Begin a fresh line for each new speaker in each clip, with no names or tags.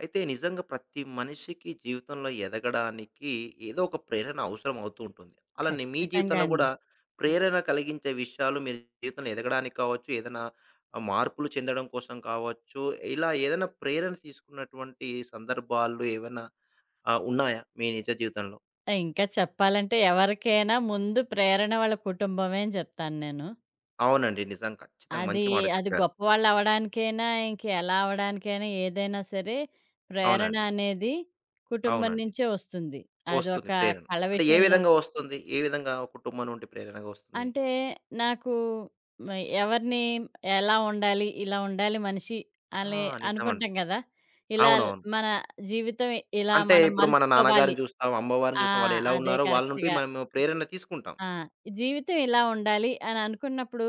అయితే నిజంగా ప్రతి మనిషికి జీవితంలో ఎదగడానికి ఏదో ఒక ప్రేరణ అవసరం అవుతూ ఉంటుంది. అలానే మీ
ఖచ్చితంగా
జీవితంలో అవును.
అండి.
గూడా
ఆ!
ప్రేరణ కలిగించే విషయాలు మీరు జీవితంలో ఎదగడానికి కావచ్చు, ఏదైనా మార్పులు చెందడం కోసం కావచ్చు, ఇలా ఏదైనా ప్రేరణ తీసుకున్నటువంటి సందర్భాలు ఏవన్నా ఉన్నాయా మీ నిజ జీవితంలో?
ఇంకా చెప్పాలంటే ఎవరికైనా ముందు ప్రేరణ వాళ్ళ కుటుంబమే అని చెప్తాను నేను.
అవునండి. నిజం. ఖచ్చితంగా
అది,
మంచి మాట
అది
చెప్పారు.
గొప్పవాళ్ళు అవ్వడానికైనా, ఇంక ఎలా అవ్వడానికైనా ఏదైనా సరే ప్రేరణ
అవునండి.
అనేది కుటుంబం
అవునండి.
నుంచే వస్తుంది.
వస్తుంది
అదొక
ప్రేరణ.
కళ
అంటే ఏ
విషయంలో
విధంగా వస్తుంది? ఏ విధంగా కుటుంబం నుండి ప్రేరణగా వస్తుంది?
అంటే నాకు మ ఎవరిని ఎలా ఉండాలి, ఇలా ఉండాలి మనిషి
ఆ!
అని
నిజమండి.
అనుకుంటాం కదా!
అవునవును.
మన జీవితం ఇలా
అంటే
మనం
ఇప్పుడు మన
మలుచుకోవాలి.
నాన్నగారిని చూస్తాం, అమ్మవారిని
ఆ!
చూస్తాం. వాళ్ళెలా
అదే
ఉన్నారో వాళ్ళ నుండి
కరెక్ట్‌గా.
మనము ప్రేరణ తీసుకుంటాం.
ఆ! జీవితం ఇలా ఉండాలి అని అనుకున్నప్పుడు,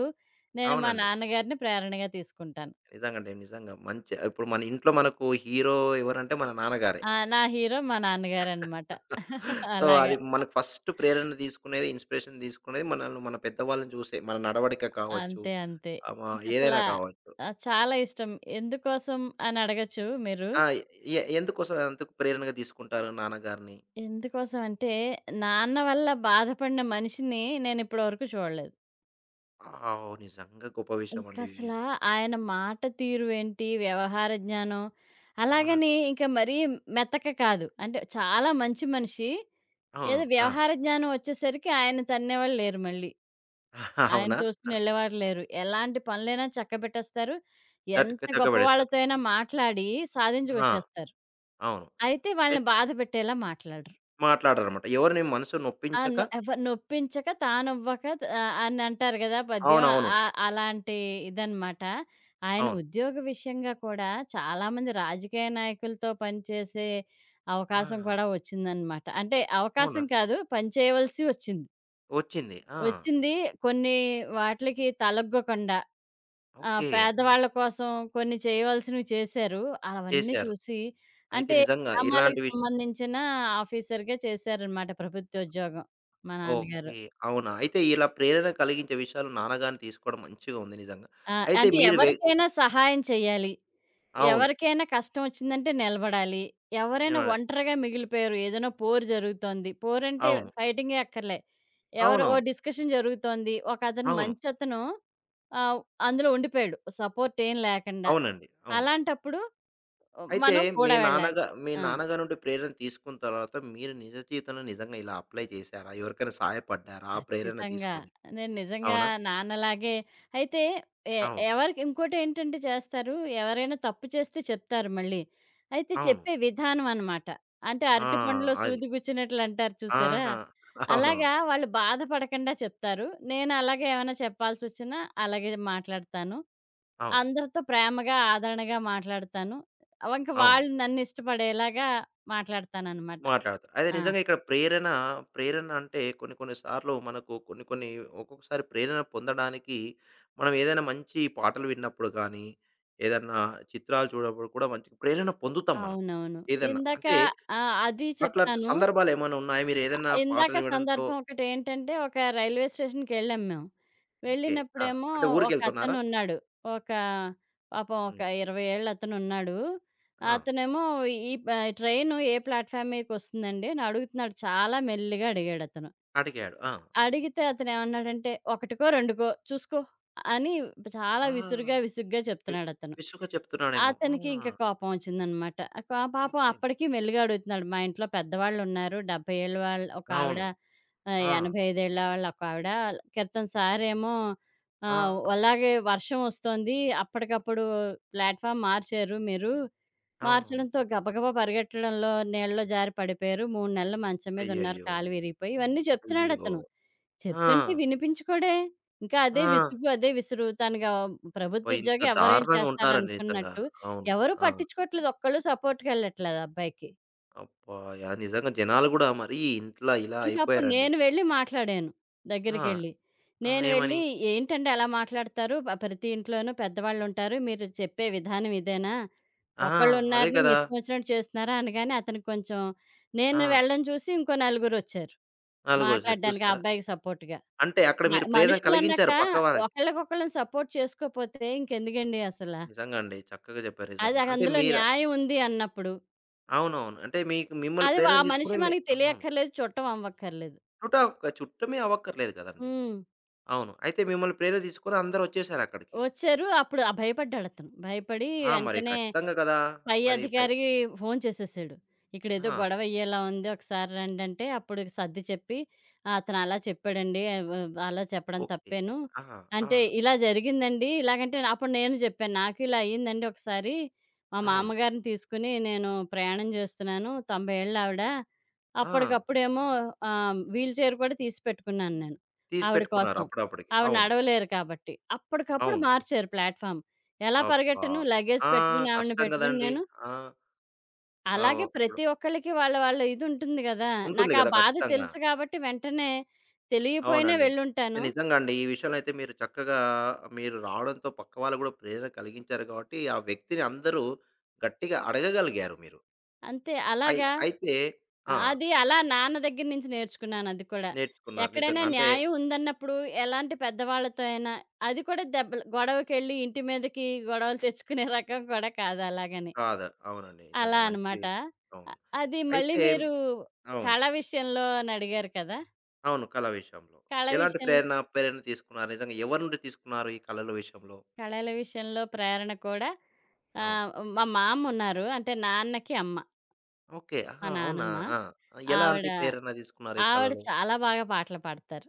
నేను మా
అవునండి.
నాన్నగారిని ప్రేరణగా తీసుకుంటాను.
నిజంగండి. నిజంగా. మంచి ఇప్పుడు మన ఇంట్లో మనకు హీరో ఎవరంటే మన నాన్నగారే.
నా హీరో మా నాన్నగారనమాట.
సో, అది
అలాగా.
మనకు ఫస్ట్ ప్రేరణ తీసుకునేది, ఇన్‌స్పిరేషన్ తీసుకునేది మనల్ని మన పెద్దవాళ్ళని చూసే. మన నడవడిక కావచ్చు,
అంతే, అంతే.
ఆహ్, మ ఏదైనా
ఇంకసలా
కావచ్చు.
చాలా ఇష్టం. ఎందుకోసం అని అడగొచ్చు మీరు.
ఆ! ఎ ఎందుకోసం ఎందుకు ప్రేరణగా తీసుకుంటారు నాన్నగారిని?
ఎందుకోసం అంటే, నాన్న వల్ల బాధపడిన మనిషిని నేనిప్పటి వరకు చూడలేదు.
ఆవ్ నిజంగా గొప్ప విషయం అండి. ఇది.
ఇంకసలా ఆయన మాట తీరు ఏంటి, వ్యవహార జ్ఞానం
అవునండి.
అలాగని ఇంక మరీ మెతక కాదు. అంటే చాలా మంచి మనిషి. ఏదో
అవును. ఆ!
వ్యవహార జ్ఞానం వచ్చేసరికి ఆయన తన్నేవాళ్ళు లేరు మళ్ళీ. ఆయన
అవునా? ఆ!
చూసుకొని ఎళ్ళేవారు లేరు. ఎలాంటి పనులైనా చక్కబెట్టేస్తారు.
చటుక
ఎంత
చక్కబడేస్తారు.
గొప్పవాళ్ళతో అయినా మాట్లాడి
ఆ!
సాధించుకొచ్చేస్తారు.
అవును.
అయితే వాళ్ళని బాధ పెట్టేలా మాట్లాడరు.
మాట్లాడరనమాట. ఎవరిని మనసు
ఆ!
నొప్పించక
నొ ఎవ నొప్పించక తానొవ్వక అని అంటారు గదా పద్యం.
అవునవును.
అలాంటి ఇదనమాట. ఆయన
అవును.
ఉద్యోగ విషయంగా కూడా చాలామంది రాజకీయ నాయకులతో పనిచేసే
ఆ!
అవకాశం కూడా వచ్చిందనమాట. అంటే
అవునా?
అవకాశం కాదు పని చేయవలసి వచ్చింది.
వచ్చింది. ఆ!
వచ్చింది. కొన్ని వాటిలకి తలగ్గకుండా
ఓకే. ఆ!
పేదవాళ్ళ కోసం కొన్ని చేయవలసినవి చేశారు. అవన్నీ
చేశారు.
చూసి
అయితే
అంటే
నిజంగా ఇలాంటి
గ్రామాలకు సంబంధించిన ఆఫీసర్‌గా చేశారనమాట ప్రభుత్వోద్యోగం మా నాన్నగారు.
ఓకే. అవునా? అయితే ఇలా ప్రేరణ కలిగించే విషయాలు నాన్నగారిని తీసుకోవడం మంచిగా ఉంది నిజంగా. అయితే
అంటే
మీరు
ఎవరికైనా సహాయం చేయాలి.
అవును.
ఎవరికైనా కష్టం వచ్చిందంటే నిలబడాలి.
నేను
ఎవరైనా ఒంటరిగా మిగిలిపోయారు. ఏదైనా పోరు జరుగుతోంది. పోరంటే
అవును.
ఫైటింగే అక్కర్లే. ఎవరో ఓ
అవునవును.
డిస్కషన్ జరుగుతోంది.
అవును.
మంచతను ఆ! అందులో ఉండిపోయాడు, సపోర్ట్ ఏం లేకుండా.
అవునండి. అవును.
అలాంటప్పుడు
అయితే
మనం కూడా వెళ్ళాలి.
మీ
ఆ!
నాన్నగారి నుండి ప్రేరణ తీసుకున్న తర్వాత మీరు నిజ జీవితంలో నిజంగా ఇలా అప్లై చేశారా? ఎవరికైనా సహాయపడ్డారా? ఆ ప్రేరణ
ఖచ్చితంగా.
తీసుకొని.
నేను నిజంగా
అవునా?
నాన్నలాగే అయితే ఎ
అవును.
ఎవరికి ఇంకోటేంటంటే చేస్తారు, ఎవరైనా తప్పు చేస్తే చెప్తారు మళ్ళీ. అయితే
అవును.
చెప్పే విధానం అనమాట. అంటే
ఆ!
అరటిపండులో
అది.
సూది గుచ్చినట్లు అంటారు చూసారా?
ఆహా! అవునవును.
అలాగా వాళ్ళు బాధపడకుండా చెప్తారు. నేను అలాగే ఏమైనా చెప్పాల్సొచ్చినా అలాగే మాట్లాడతాను.
అవును.
అందరితో ప్రేమగా, ఆదరణగా మాట్లాడతాను. ఇంక
అవును.
వాళ్ళు నన్నిష్టపడేలాగా మాట్లాడతాననమాట.
మాట్లాడతారు. అదే
ఆ!
నిజంగా ఇక్కడ ప్రేరణ, ప్రేరణ అంటే కొన్ని కొన్ని సార్లు మనకు కొన్ని కొన్ని ఒక్కొక్కసారి ప్రేరణ పొందడానికి మనం ఏదైనా మంచి పాటలు విన్నప్పుడు గానీ, ఏదన్నా చిత్రాలు చూడప్పుడు కూడా మంచి ప్రేరణ పొందుతాం మనం.
అవునవును.
ఏదన్నా.
ఇందాక
అంటే
అది
అట్లాంటి
చెప్తాను.
సందర్భాలు ఏమైనా ఉన్నాయా? మీరు ఏదన్నా
ఇందాక
పాటలు వినడంతో
సందర్భం ఒకటేంటంటే, ఒక రైల్వే స్టేషన్‌కెళ్ళాం మేము.
ఓకే. ఆ!
వెళ్ళినప్పుడేమో
అంటే ఊరికెళ్తున్నారా?
ఒకతనున్నాడు. ఒక పాపం ఒక
హ్మ్.
20 ఏళ్ళతనున్నాడు.
ఆ!
అతనేమో ఈ ప ట్రైను ఏ ప్లాట్‌ఫామ్ మీదకొస్తుందండి అని అడుగుతున్నాడు. చాలా మెల్లిగా అడిగాడతను.
అడిగాడు. ఆ!
అడిగితే అతనేమన్నాడంటే, "ఒకటికో, రెండుకో చూసుకో" అని చాలా
ఆ!
విసురుగా, విసుగ్గా
వి
చెప్తున్నాడతను.
విసుగ్గా చెప్తున్నాడేమో. ఆ!
అతనికి ఇంక కోపం ఒచ్చిందనమాట. ఆ కా పాపం
ఓకే.
అప్పటికి మెల్లిగా అడుగుతున్నాడు. మా ఇంట్లో పెద్దవాళ్ళున్నారు. 70 ఏళ్ళ వాళ్ళు ఒకావిడ,
అవును. ఆ!
85 ఏళ్ళ వాళ్ళు ఒకావిడ. క్రితం సారేమో
ఆ!
అలాగే వర్షం ఒస్తోంది. అప్పటికప్పుడు ప్లాట్‌ఫామ్ మార్చారు మీరు.
అవును.
మార్చడంతో గబగబా పరిగెట్టడంలో నీళ్ళలో జారి పడిపోయారు. 3 నెలలు మంచం మీదున్నారు
అయ్యయ్యో!
కాలు విరిగిపోయి. ఇవన్నీ
అయ్యో!
చెప్తున్నాడతను.
ఆ!
చెప్తుంటే వినిపించుకోడే. ఇంకా అదే
ఆ!
విసుగు, అదే విసురు.
అబ్బా!
ప్రభుత్వ
ఇంత
ఉద్యోగి ఎవరేం
దారుణంగా ఉంటారండి నిజంగా.
చేస్తారనుకున్నట్టు.
అవును.
ఎవరు
ఆ!
పట్టించుకోవట్లేదు. ఒక్కళ్ళు సపోర్ట్‌కెళ్ళట్లేదు అబ్బాయికి.
అబ్బా! యాహ్! నిజంగా జనాలు గూడా మరీ ఇంట్లా ఇలా
ఇంకప్పుడు
అయిపోయారండి.
నేను వెళ్లి మాట్లాడాను
ఆ!
దగ్గరికెళ్లి.
ఆ!
నేను
ఏమని?
వెళ్లి "ఏంటండి అలా మాట్లాడతారు? ప్రతి ఇంట్లోనూ పెద్దవాళ్ళుంటారు. మీరు చెప్పే విధానం ఇదేనా?
ఆ! అదే
ఒకళ్ళున్నారని మీ
కదా!
ఇష్టం వచ్చినట్టు చేస్తున్నారా?" అనగానే అతనికి కొంచెం నేను
ఆ!
వెళ్ళడం చూసి ఇంకో నలుగురొచ్చారు
నాలుగోసారి
మాట్లాడడానికి ఆ
చూసారా?
అబ్బాయికి సపోర్ట్‌గా.
అంటే అక్కడ మీరు ప్రేరణ
మనుషులన్నాక
కలిగించారు పక్క వాళ్ళకి.
ఒకళ్ళకొకళ్ళం సపోర్ట్ చేసుకోపోతే ఇంకెందుకండి అసల.
నిజంగా అండి. చక్కగా చెప్పారు నిజంగా. అంటే
అందులో న్యాయం ఉంది అన్నప్పుడు.
అవునవును. అంటే మీకు మిమ్మల్ని ప్రేరణ
ఆ మనిషి
తీసుకొని మీ
మనకి
అవును.
తెలియక్కర్లేదు, చూడటం అవ్వక్కర్లేదు.
చుట్ట చుట్టమే అవ్వక్కర్లేదు కదండీ!
హ్మ్.
అవును. అయితే మిమ్మల్ని ప్రేరణ తీసుకొని అందరొచ్చేసారక్కడికి.
వచ్చారు అప్పుడు ఆ భయపడ్డాడతను. భయపడి
ఆ! మరి
వెంటనే
ఖచ్చితంగా గదా!
పై
మరి భయ్
అధికారికి ఫోన్ చేసేసాడు. ఇక్కడేదో
ఆ! ఓహ్!
గొడవ అయ్యేలా ఉంది. ఒకసారి రండి అంటే అప్పుడు సర్ది చెప్పి, "ఆ, అతను అలా చెప్పాడండి. వ అలా చెప్పడం
ఓకే.
తప్పేను.
ఆహా! ఆ!
అంటే ఇలా జరిగిందండి." ఇలాగంటే అప్పుడు నేను చెప్పాను. "నాకు ఇలా అయ్యిందండి ఒకసారి. మా
అవును.
మామగారిని తీసుకుని నేను ప్రయాణం చేస్తున్నాను. 90 ఏళ్ల ఆవిడ.
ఆ!
అప్పటికప్పుడేమో వీల్ చైర్ కూడా తీసి పెట్టుకున్నాను నేను
తీసి
ఆవిడ
పెట్టుకున్నారు
కోసం.
అప్పుడప్పటికి.
ఆవిడ
అవును.
నడవలేరు కాబట్టి. అప్పటికప్పుడు
అవును.
మార్చారు ప్లాట్‌ఫామ్. ఎలా
అబ్బా!
పరిగెట్టను లగేజ్
ఆ!
పెట్టుకుని ఆవిడని
కష్టం
పెట్టుకుని
గదండీ.
నేను.
ఆ!
అలాగే
ఇప్పుడు
ప్రతి ఒక్కళ్ళకి వాళ్ళ ఇదుంటుంది గదా!
ఉంటుంది
నాకా
గదా!
బాధ
ఖచ్చితంగా.
తెలుసు గాబట్టి వెంటనే తెలియపోయినా
అవునండి. అయితే
వెళ్ళుంటాను.
నిజంగా అండి. ఈ విషయంలో అయితే మీరు చక్కగా మీరు రావడంతో పక్క వాళ్ళు గూడా ప్రేరణ కలిగించారు గాబట్టి, ఆ వ్యక్తిని అందరూ గట్టిగా అడగగలిగారు మీరు.
అంతే. అలాగా
అయితే ఆ!
అది అలా నాన్న దగ్గర నుంచి నేర్చుకున్నానది కూడా.
నేర్చుకున్నారు.
ఎక్కడైనా
నిజంగా అంటే
న్యాయం ఉందన్నప్పుడు ఎలాంటి పెద్దవాళ్ళతో అయినా అది కూడా దెబ్బలు గొడవకెళ్ళి ఇంటి మీదకి గొడవలు తెచ్చుకునే రకం కూడా కాదు అలాగని.
కాదు. అవునండి. నిజంగా
అలా
మంచి
అనమాట.
అవును.
అది మళ్ళీ
అయితే
మీరు
అవును.
కళ విషయంలో అనడిగారు కదా!
అవును. కళ విషయంలో.
కళ
ఎలాంటి
విషయంలో
ప్రేరణ తీసుకున్నారు? నిజంగా ఎవరి నుండి తీసుకున్నారు ఈ కళల విషయంలో?
కళల విషయంలో ప్రేరణ కూడా
అవును.
ఆహ్, మా మామ్మ ఉన్నారు. అంటే నాన్నకి అమ్మ.
ఓకే.
మా
ఆహా! అవునా?
నానమ్మ.
ఆ! ఆ, ఎలాంటి
ఆవిడ,
ప్రేరణ తీసుకున్నారు ఈ
ఆవిడ
కళలో?
చాలా బాగా పాటలు పాడతారు.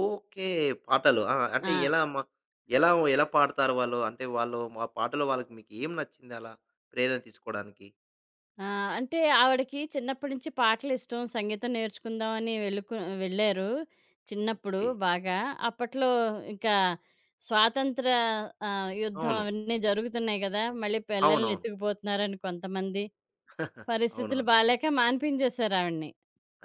ఓకే. పాటలు. ఆ!
ఆ!
అంటే ఎలా మ ఎలా, ఎలా పాడతారు వాళ్ళు? అంటే వాళ్ళు ఆ పాటలో వాళ్ళకి మీకు ఏం నచ్చింది అలా ప్రేరణ తీసుకోవడానికి?
ఆ! అంటే ఆవిడకి చిన్నప్పటి నుంచి పాటలు ఇష్టం. సంగీతం నేర్చుకుందామని వెళ్ళారు. చిన్నప్పుడు
ఓకే.
బాగా. అప్పట్లో ఇంకా స్వాతంత్ర యుద్ధం
అవును.
అవన్నీ జరుగుతున్నాయి గదా! మళ్ళీ పిల్లల్ని
అవునవును.
ఎత్తుకుపోతున్నారని కొంతమంది. పరిస్థితులు
అవునవును.
బాలేక మాన్పించేశారు ఆవిడని.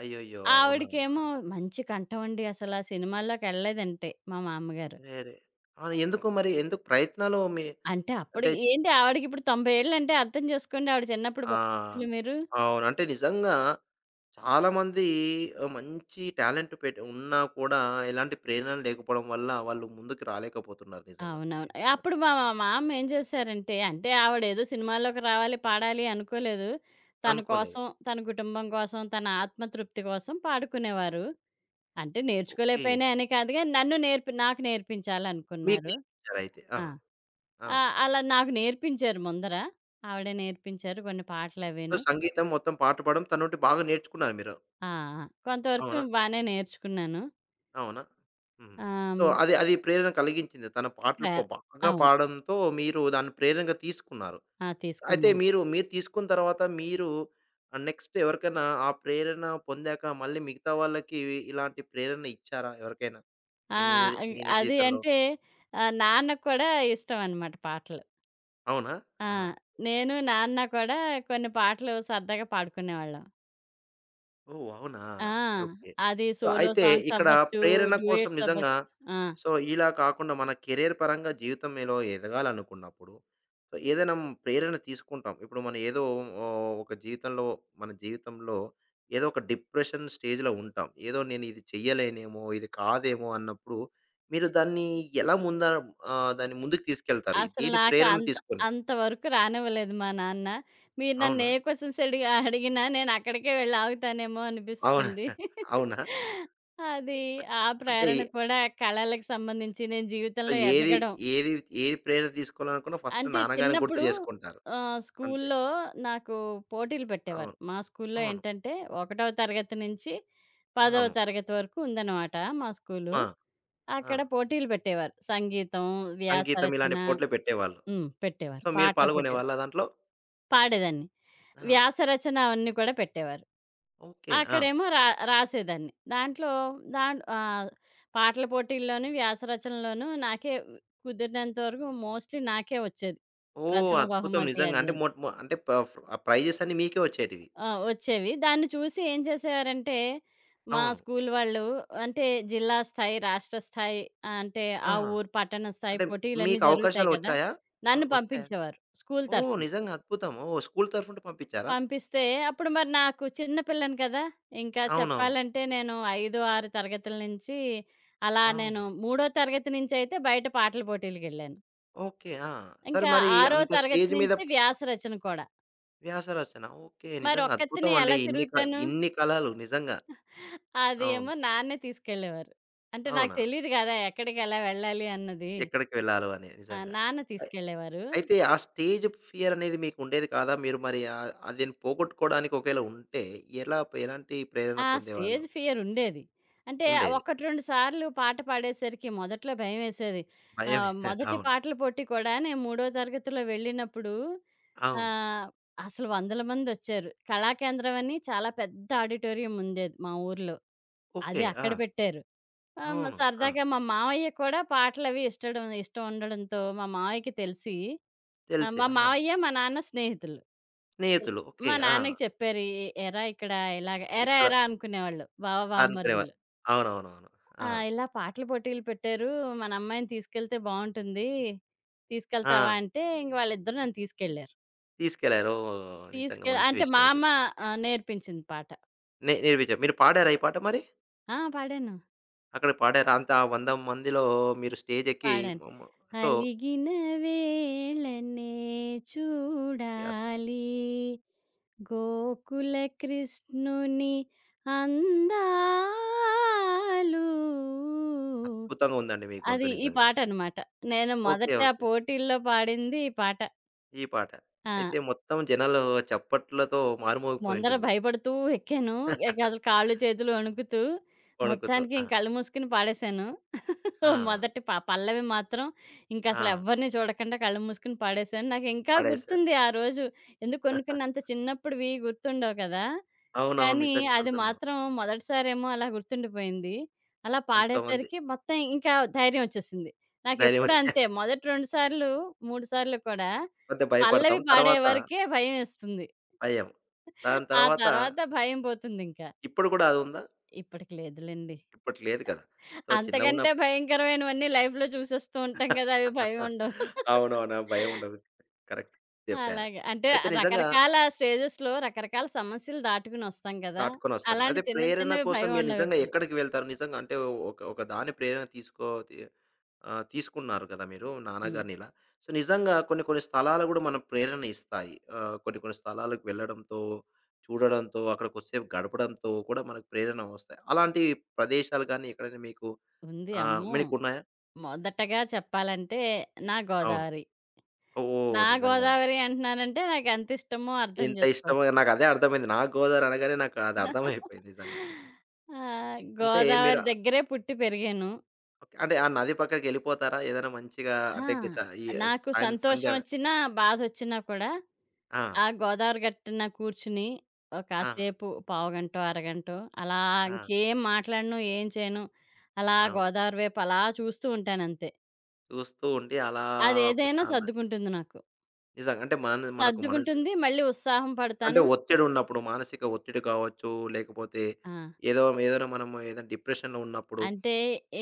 అయ్యయ్యో! అవునా!
ఆవిడకేమో మంచి కంఠం అండి అసల. సినిమాల్లోకెళ్ళలేదంటే మా మామ్మగారు.
అరెరే! ఆ! ఎందుకు మరి? ఎందుకు ప్రయత్నాలు మీ
అంటే అప్పుడు
అంటే
ఏంటి ఆవిడకిప్పుడు 90 ఏళ్ళంటే అర్థం చేసుకోండి ఆవిడ చిన్నప్పుడు
ఆ!
పరిస్థితులు మీరు.
అవును. అంటే నిజంగా చాలామంది మంచి టాలెంట్ పెట్ ఉన్నా కూడా ఎలాంటి ప్రేరణ లేకపోవడం వల్ల వాళ్ళు ముందుకు రాలేకపోతున్నారు నిజంగా. మీరు
అవునవును.
చెప్పినట్టు.
అప్పుడు మా మా మామ ఏం చేశారంటే, అంటే ఆవిడేదో సినిమాల్లోకి రావాలి, పాడాలి అనుకోలేదు. తన
అనుకోలేదు.
కోసం, తన కుటుంబం కోసం, తన ఆత్మతృప్తి కోసం పాడుకునేవారు. అంటే
ఓకే.
నేర్చుకోలేకపోయినా అని కాదు గానీ నన్ను నేర్పి నాకు
మీకు
నేర్పించాలనుకున్నారు.
నేర్పించారయితే. ఆ!
ఆ!
ఆ!
అలా నాకు నేర్పించారు ముందర. ఆవిడే నేర్పించారు కొన్ని
సో,
పాటలవీను.
సంగీతం మొత్తం పాట పాడడం తననుండి బాగా నేర్చుకున్నారు మీరు.
ఆ! కొంతవరకు
అవునా?
బానే నేర్చుకున్నాను.
అవునా? హ్మ్. సో,
ఆహ్,
అది అది ప్రేరణ కలిగించింది. తన పాటలు ప
ప్రేర
బాగా
అవును.
పాడడంతో మీరు దాన్ని ప్రేరణగా తీసుకున్నారు. అయితే
తీసుకున్నాను.
మీరు తీసుకున్న తర్వాత మీరు నెక్స్ట్ ఎవరికైనా ఆ ప్రేరణ పొందాక మళ్ళీ మిగతా వాళ్ళకి ఇలాంటి ప్రేరణ ఇచ్చారా ఎవరికైనా? మీ
ఆ!
నిజ
ఇ
మీ నిజ
అది
జీవితంలో?
అంటే ఆహ్, నాన్నకు కూడా ఇష్టమనమాట పాటలు.
అవునా?
ఆ!
ఆహా!
నేను, నాన్న కూడా కొన్ని పాటలు సరదాగా పాడుకునేవాళ్ళం.
ఓహ్! అవునా?
ఆ!
ఓకే.
అది
సో,
సోలో
అయితే
సాంగ్స్
ఇక్కడ
అవ్వచ్చు,
ప్రేరణ కోసం
డ్యూయెట్స్
నిజంగా
అవ్వచ్చు. ఆ!
సో, ఇలా కాకుండా మన కెరియర్ పరంగా జీవితంలో ఎదగాలనుకున్నప్పుడు, సో, ఏదైనా ప్రేరణ తీసుకుంటాం. ఇప్పుడు మనం ఏదో ఓహ్, ఒక జీవితంలో మన జీవితంలో ఏదో ఒక డిప్రెషన్ స్టేజ్‌లో ఉంటాం. ఏదో నేను ఇది చెయ్యలేనేమో, ఇది కాదేమో అన్నప్పుడు మీరు దాన్ని ఎలా ముంద దాన్ని ముందుకు తీసుకెళ్తారు?
అసలు
దేని
నాకు
ప్రేరణ
అంత
తీసుకొని?
అంత వరకు రానివ్వలేదు మా నాన్న. మీరు నన్ను
అవునా?
ఏ క్వెషన్స్ అడిగినా నేను అక్కడికే వెళ్లి ఆగుతానేమో
అవునా?
అనిపిస్తుంది.
అవునా?
అది ఆ
అంటే
ప్రేరణ కూడా
స్
కళలకు సంబంధించి
సో,
నేను జీవితంలో
ఏది
ఎదగడం.
ఏది ఏది ప్రేరణ తీసుకోవాలనుకున్నా ఫస్ట్
అంటే
నాన్నగారిని గుర్తు
చిన్నప్పుడు
చేసుకుంటారు. అంతే.
స్కూల్లో నాకు పోటీలు పెట్టేవారు.
అవును.
మా స్కూల్లో
అవును.
ఏంటంటే, ఒకటవ తరగతి నుంచి పదవ
అవును.
తరగతి వరకు ఉందనమాట మా స్కూలు.
ఆ! ఆ!
అక్కడ పోటీలు పెట్టేవారు. సంగీతం, వ్యాస
సంగీతం ఇలాంటి
రచన
పోటీలు పెట్టేవాళ్ళు.
హ్మ్. పెట్టేవారు.
సో, మీరు
పాటల పోటీ.
పాల్గొనేవాళ్ళా దాంట్లో?
పాడేదాన్ని.
ఆ!
వ్యాసరచన అవన్నీ కూడా పెట్టేవారు.
ఓకే. ఆ!
అక్కడేమో రాసేదాన్ని. దాన్ ఆహ్, పాటల పోటీల్లోను, వ్యాసరచనలోను నాకే కుదిరినంత వరకు మోస్ట్‌లీ నాకే వచ్చేది.
ఓహ్!
ప్రథమ
అద్భుతం
బహుమతి
నిజంగా. అంటే
అదీను.
మొ మొ అంటే ప ఆ ప్రైజెస్ అన్నీ మీకే వచ్చేటివి.
వచ్చేవి. దాన్ని చూసి ఏం చేసేవారంటే, మా
అవును.
స్కూల్ వాళ్ళు అంటే జిల్లా స్థాయి, రాష్ట్ర స్థాయి ఆహ్, అంటే ఆ
ఆహా!
ఊరు పట్టణ స్థాయి
అంటే
పోటీలన్నీ
మీకు
జరుగుతాయి
అవకాశాలు
కదా!
వచ్చాయా? ఆ!
నన్ను
వచ్చాయా?
పంపించేవారు స్కూల్
ఓహ్!
తరఫున.
నిజంగా అద్భుతం. ఓహ్! స్కూల్ తరఫు నుండి పంపించారా?
పంపిస్తే అప్పుడు మరి నాకు చిన్న పిల్లని కదా! ఇంకా
అవునవును.
చెప్పాలంటే నేను 5, 6 తరగతుల నుంచి అలా
అవును.
నేను మూడో తరగతి నుంచైతే బయట పాటల పోటీలకెళ్ళాను.
ఓకే. ఆ! సరే
ఇంకా
మరి
ఆరో
అంత
తరగతి
స్టేజ్ మీద
నుంచి వ్యాస రచన కూడా.
వ్యాస రచన. ఓకే.
మరి
నిజంగా
ఒక్కత్తినే
అద్భుతమండి.
ఎలా తిరుగుతాను?
ఇన్ని కళలు నిజంగా.
అది
అవును.
ఏమో నాన్నే తీసుకెళ్ళేవారు. అంటే నాకు
అవునా?
తెలీదు కదా! ఎక్కడికి ఎలా వెళ్ళాలి అన్నది.
ఎక్కడికి వెళ్ళాలో అని నిజంగా.
నాన్న
అయి
తీసుకెళ్ళేవారు.
అయితే ఆ స్టేజ్ ఫియర్ అనేది మీకు ఉండేది కాదా? మీరు మరి ఆహ్, ఆహ్, దీన్ని పోగొట్టుకోవడానికి ఒకవేళ ఉంటే ఎలా ఎలాంటి ప్రేరణ పొందేవాళ్ళు?
స్టేజ్ ఫియర్ ఉండేది. అంటే
ఉండేది.
ఒకటి 2 సార్లు పాట పాడేసరికి మొదట్లో భయమేసేది.
భయమే.
మొదటి
అవును.
పాటల పోటీ కూడా నేను మూడో తరగతిలో వెళ్ళినప్పుడు
అవును.
ఆహ్, అసలు వందల మందొచ్చారు. కళాకేంద్రం అని చాలా పెద్ద ఆడిటోరియం ఉండేది మా ఊర్లో.
ఓకే.
అది
ఆ!
అక్కడ పెట్టారు.
అవును. ఆ!
సరదాగా మా మావయ్య కూడా పాటలవి ఇష్టడం ఇష్టం ఇష్టం ఉండడంతో మా మావయ్యకి తెలిసి
తెలిసి.
మా
ఆహా!
మావయ్య, మా నాన్న స్నేహితులు. ఇల్
స్నేహితులు. ఓకే.
మా
ఆ!
నాన్నకి చెప్పారు. ఎ ఎరా ఇక్కడ ఇలాగ ఎరా
ఇక్కడ
ఎరా అనుకునేవాళ్ళు బావ,
అనుకునేవారు.
బావమరుదులు.
అవునవునవును. ఆ!
ఇలా పాటల పోటీలు పెట్టారు. మన అమ్మాయిని తీసుకెళ్తే బావుంటుంది.
ఆ!
తీసుకెళ్తావా? అంటే ఇంక వాళ్ళిద్దరూ నన్ను తీసుకెళ్లారు.
తీసుకెళ్లారు. ఓహ్! నిజంగా
తీసుకెళ్
మంచి
అంటే మా
విషయం ఇది.
అమ్మ నేర్పించింది పాట.
నేర్పించారు. మీరు పాడారా ఈ పాట మరి?
ఆ! పాడాను.
అక్కడ పాడారు. అంత ఆ 100 మందిలో మీరు స్టేజెక్కి
పాడాను.
మమ్ము సో,
అలిగిన వేళనే
అద్
చూడాలి గోకుల కృష్ణుని అందాలు.
అద్భుతంగా ఉందండి మీ
అది
గొంతు
ఈ
నిజంగా.
పాటనమాట. నేను
ఓకే.
మొదట ఆ
ఓకే.
పోటీల్లో పాడింది ఈ పాట.
ఈ పాట.
ఆ!
అయితే మొత్తం జనాలు చప్పట్లతో
ముందర
మారుమోగిపోయుంటుంది. వణుకుతూ.
భయపడుతూ ఎక్కాను. ఇక అసలు కాళ్ళు, చేతులు వణుకుతూ మొత్తానికి ఇంక
ఆ!
కళ్ళు మూసుకొని పాడేశాను.
ఆ!
మొదటి ప పల్లవి మాత్రం ఇంకసలు
ఆ!
ఎవ్వరిని చూడకుండా కళ్ళు మూసుకొని పాడేశాను. నాకింకా
పాడేశారు.
గుర్తుంది ఆ రోజు. ఎందుకు కొన్ని కొన్ని అంత చిన్నప్పుడివి గుర్తుండవు కదా!
అవునవును.
కానీ
నిజంగా
అది
కొడుతుంటాం.
మాత్రం మొదటిసారేమో అలా గుర్తుండిపోయింది. అలా
అంతమంది
పాడేసరికి మొత్తం ఇంకా ధైర్యం వచ్చేసింది. నాకెప్పుడూ
ధైర్యమొచ్చి
అంతే మొదటి 2 సార్లు, 3 సార్లు కూడా
కొంత భయపడతాం.
పల్లవి పాడే
తర్వాత
వరకే భయమేస్తుంది.
భయం. దాని
ఆ
తర్వాత
తర్వాత భయం పోతుందింకా.
ఇప్పుడు కూడా అదుందా?
ఇప్పటికి లేదులెండి.
ఇప్పటి లేదు కదా! సో,
అంతకంటే
చిన్నగున్నప్పుడు
భయంకరమైనవన్నీ లైఫ్‌లో చూసేస్తూ ఉంటాం కదా! అవి భయం ఉండవు.
అవునవును. ఆ భయం ఉండదు. కరెక్ట్ చెప్పారు.
అలాగా. అంటే
అయితే నిజంగా
రకరకాల స్టేజెస్‌లో రకరకాల సమస్యలు దాటుకునొస్తాం కదా!
దాటుకొనొస్తాం.
అలాంటి
అదే
చిన్న
ప్రేరణ
చిన్నవి
కోసం
భయం
మీరు నిజంగా
ఉండవిప్పుడు.
ఎక్కడికి వెళ్తారు? నిజంగా అంటే ఒక ఒక దాని ప్రేరణ తీసుకో తి తీసుకున్నారు కదా మీరు
హ్మ్.
నాన్నగారిని ఇలా. సో, నిజంగా కొన్ని కొన్ని స్థలాలు గూడా మనం ప్రేరణ ఇస్తాయి. కొన్ని కొన్ని స్థలాలకు వెళ్ళడంతో, చూడడంతో, అక్కడ కొద్దిసేపు గడపడంతో కూడా మనకు ప్రేరణ వస్తాయి. అలాంటి ప్రదేశాలు గాని ఎక్కడైనా మీకు
ఉంది. అమ్మో!
మీకున్నాయా?
మొదటగా చెప్పాలంటే నా
అవును.
గోదావరి.
ఓహ్!
నా
నిజంగా అండి.
గోదావరి అంటున్నానంటే నాకెంత ఇష్టమో అర్థం
ఇంత ఇష్టముగా
జేసుకోవచ్చు.
నాకదే అర్థమైంది. నాకు గోదావరి అనగానే నాకు అది అర్థమైపోయింది నిజంగా.
ఆ!
అంటే మీరు
గోదావరి దగ్గరే పుట్టి పెరిగాను.
ఓకే. అంటే ఆ నది పక్కకెళ్ళిపోతారా? ఏదైనా మంచిగా
ఆ!
అంటే గ చ ఈ
నాకు
సాయం సంధ్య
సంతోషం ఒచ్చినా, బాధొచ్చినా కూడా
ఆ!
ఆ గోదావరి గట్టున కూర్చుని ఓ
ఆ!
కాసేపు పావుగంటో, అరగంటో అలా
ఆ!
ఇంకేం మాట్లాడను, ఏం చేయను. అలా
అవును.
గోదావరి వైపు అలా చూస్తూ ఉంటానంతే.
చూస్తూ ఉండి అలా
అదేదైనా
ప్రశాంత
సర్దుకుంటుంది నాకు.
నిజంగా. అంటే మన మనకు మనసు
సర్దుకుంటుంది. మళ్ళీ ఉత్సాహం
అంటే
పడతాను.
ఒత్తిడున్నప్పుడు మానసిక ఒత్తిడి కావచ్చు, లేకపోతే
ఆ!
ఏదో ఏదైనా మనము ఏదైనా డిప్రెషన్‌లో ఉన్నప్పుడు
అంటే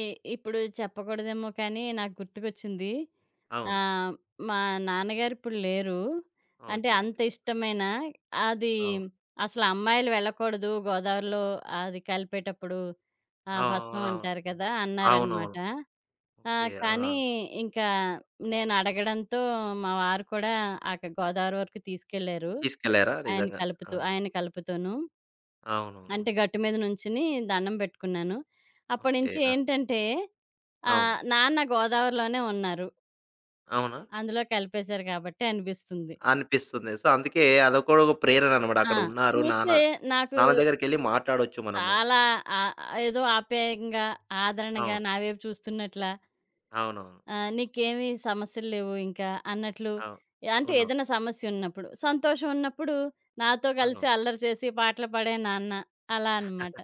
ఇ ఇప్పుడు చెప్పకూడదేమో కానీ నాకు గుర్తుకొచ్చింది.
అవును.
ఆహ్, మా నాన్నగారు ఇప్పుడు లేరు. అంటే
ఓకే.
అంత
ఓకే.
ఇష్టమైన అది
అవును.
అసలు అమ్మాయిలు వెళ్ళకూడదు గోదావరిలో అది కలిపేటప్పుడు ఆ భస్మం
అవునవును.
అంటారు కదా! అన్నారనమాట.
అవునవును.
ఆ!
ఓకే. ఆ!
కానీ ఇంకా నేను అడగడంతో మా వారు కూడా గోదావరి వరకు తీసుకెళ్లారు.
తీసుకెళ్లారా? నిజంగా. ఆ!
ఆయన కలుపుతూను.
అవునవును.
అంటే గట్టు మీద నుంచుని దండం పెట్టుకున్నాను.
ఓకే.
అప్పటినుంచి
ఆ!
ఏంటంటే
అవును.
నాన్న గోదావరిలోనే ఉన్నారు.
అవునా?
అందులో కలిపేశారు కాబట్టి అనిపిస్తుంది.
అనిపిస్తుంది. సో, అందుకే అదొకడు ఒక ప్రేరణ అనమాట.
ఆ!
అక్కడ ఉన్నారు
చూస్తే
నాన్న,
నాకు
నాన్న దగ్గరికెళ్ళి మాట్లాడొచ్చు మనము.
చాలా ఆహ్, ఏదో ఆప్యాయంగా, ఆదరణగా
అవును.
నా వైపు చూస్తున్నట్లా
అవునవును.
"నీకేమి సమస్యలు లేవు ఇంకా" అన్నట్లు
అవు
అంటే
ఉన్నాం.
ఏదైనా సమస్య ఉన్నప్పుడు, సంతోషం ఉన్నప్పుడు నాతో కలిసి
అవును.
అల్లరి చేసి పాటలు పాడే నాన్న అలా అన్నమాట.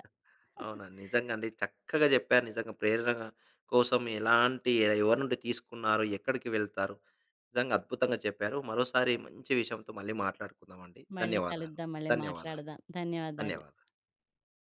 అవునండి. నిజంగా అండి. చక్కగా చెప్పారు. నిజంగా ప్రేరణ కోసం ఎలాంటి ఎవరి నుండి తీసుకున్నారు? ఎక్కడికి వెళ్తారు? నిజంగా అద్భుతంగా చెప్పారు. మరోసారి మంచి విషయంతో మళ్ళీ మాట్లాడుకుందామండి.
మళ్ళీ
ధన్యవాదాలు.
కలుద్దాం. మళ్ళీ
ధన్యవాదాలు.
మాట్లాడదాం. ధన్యవాదాలు.
ధన్యవాదాలు.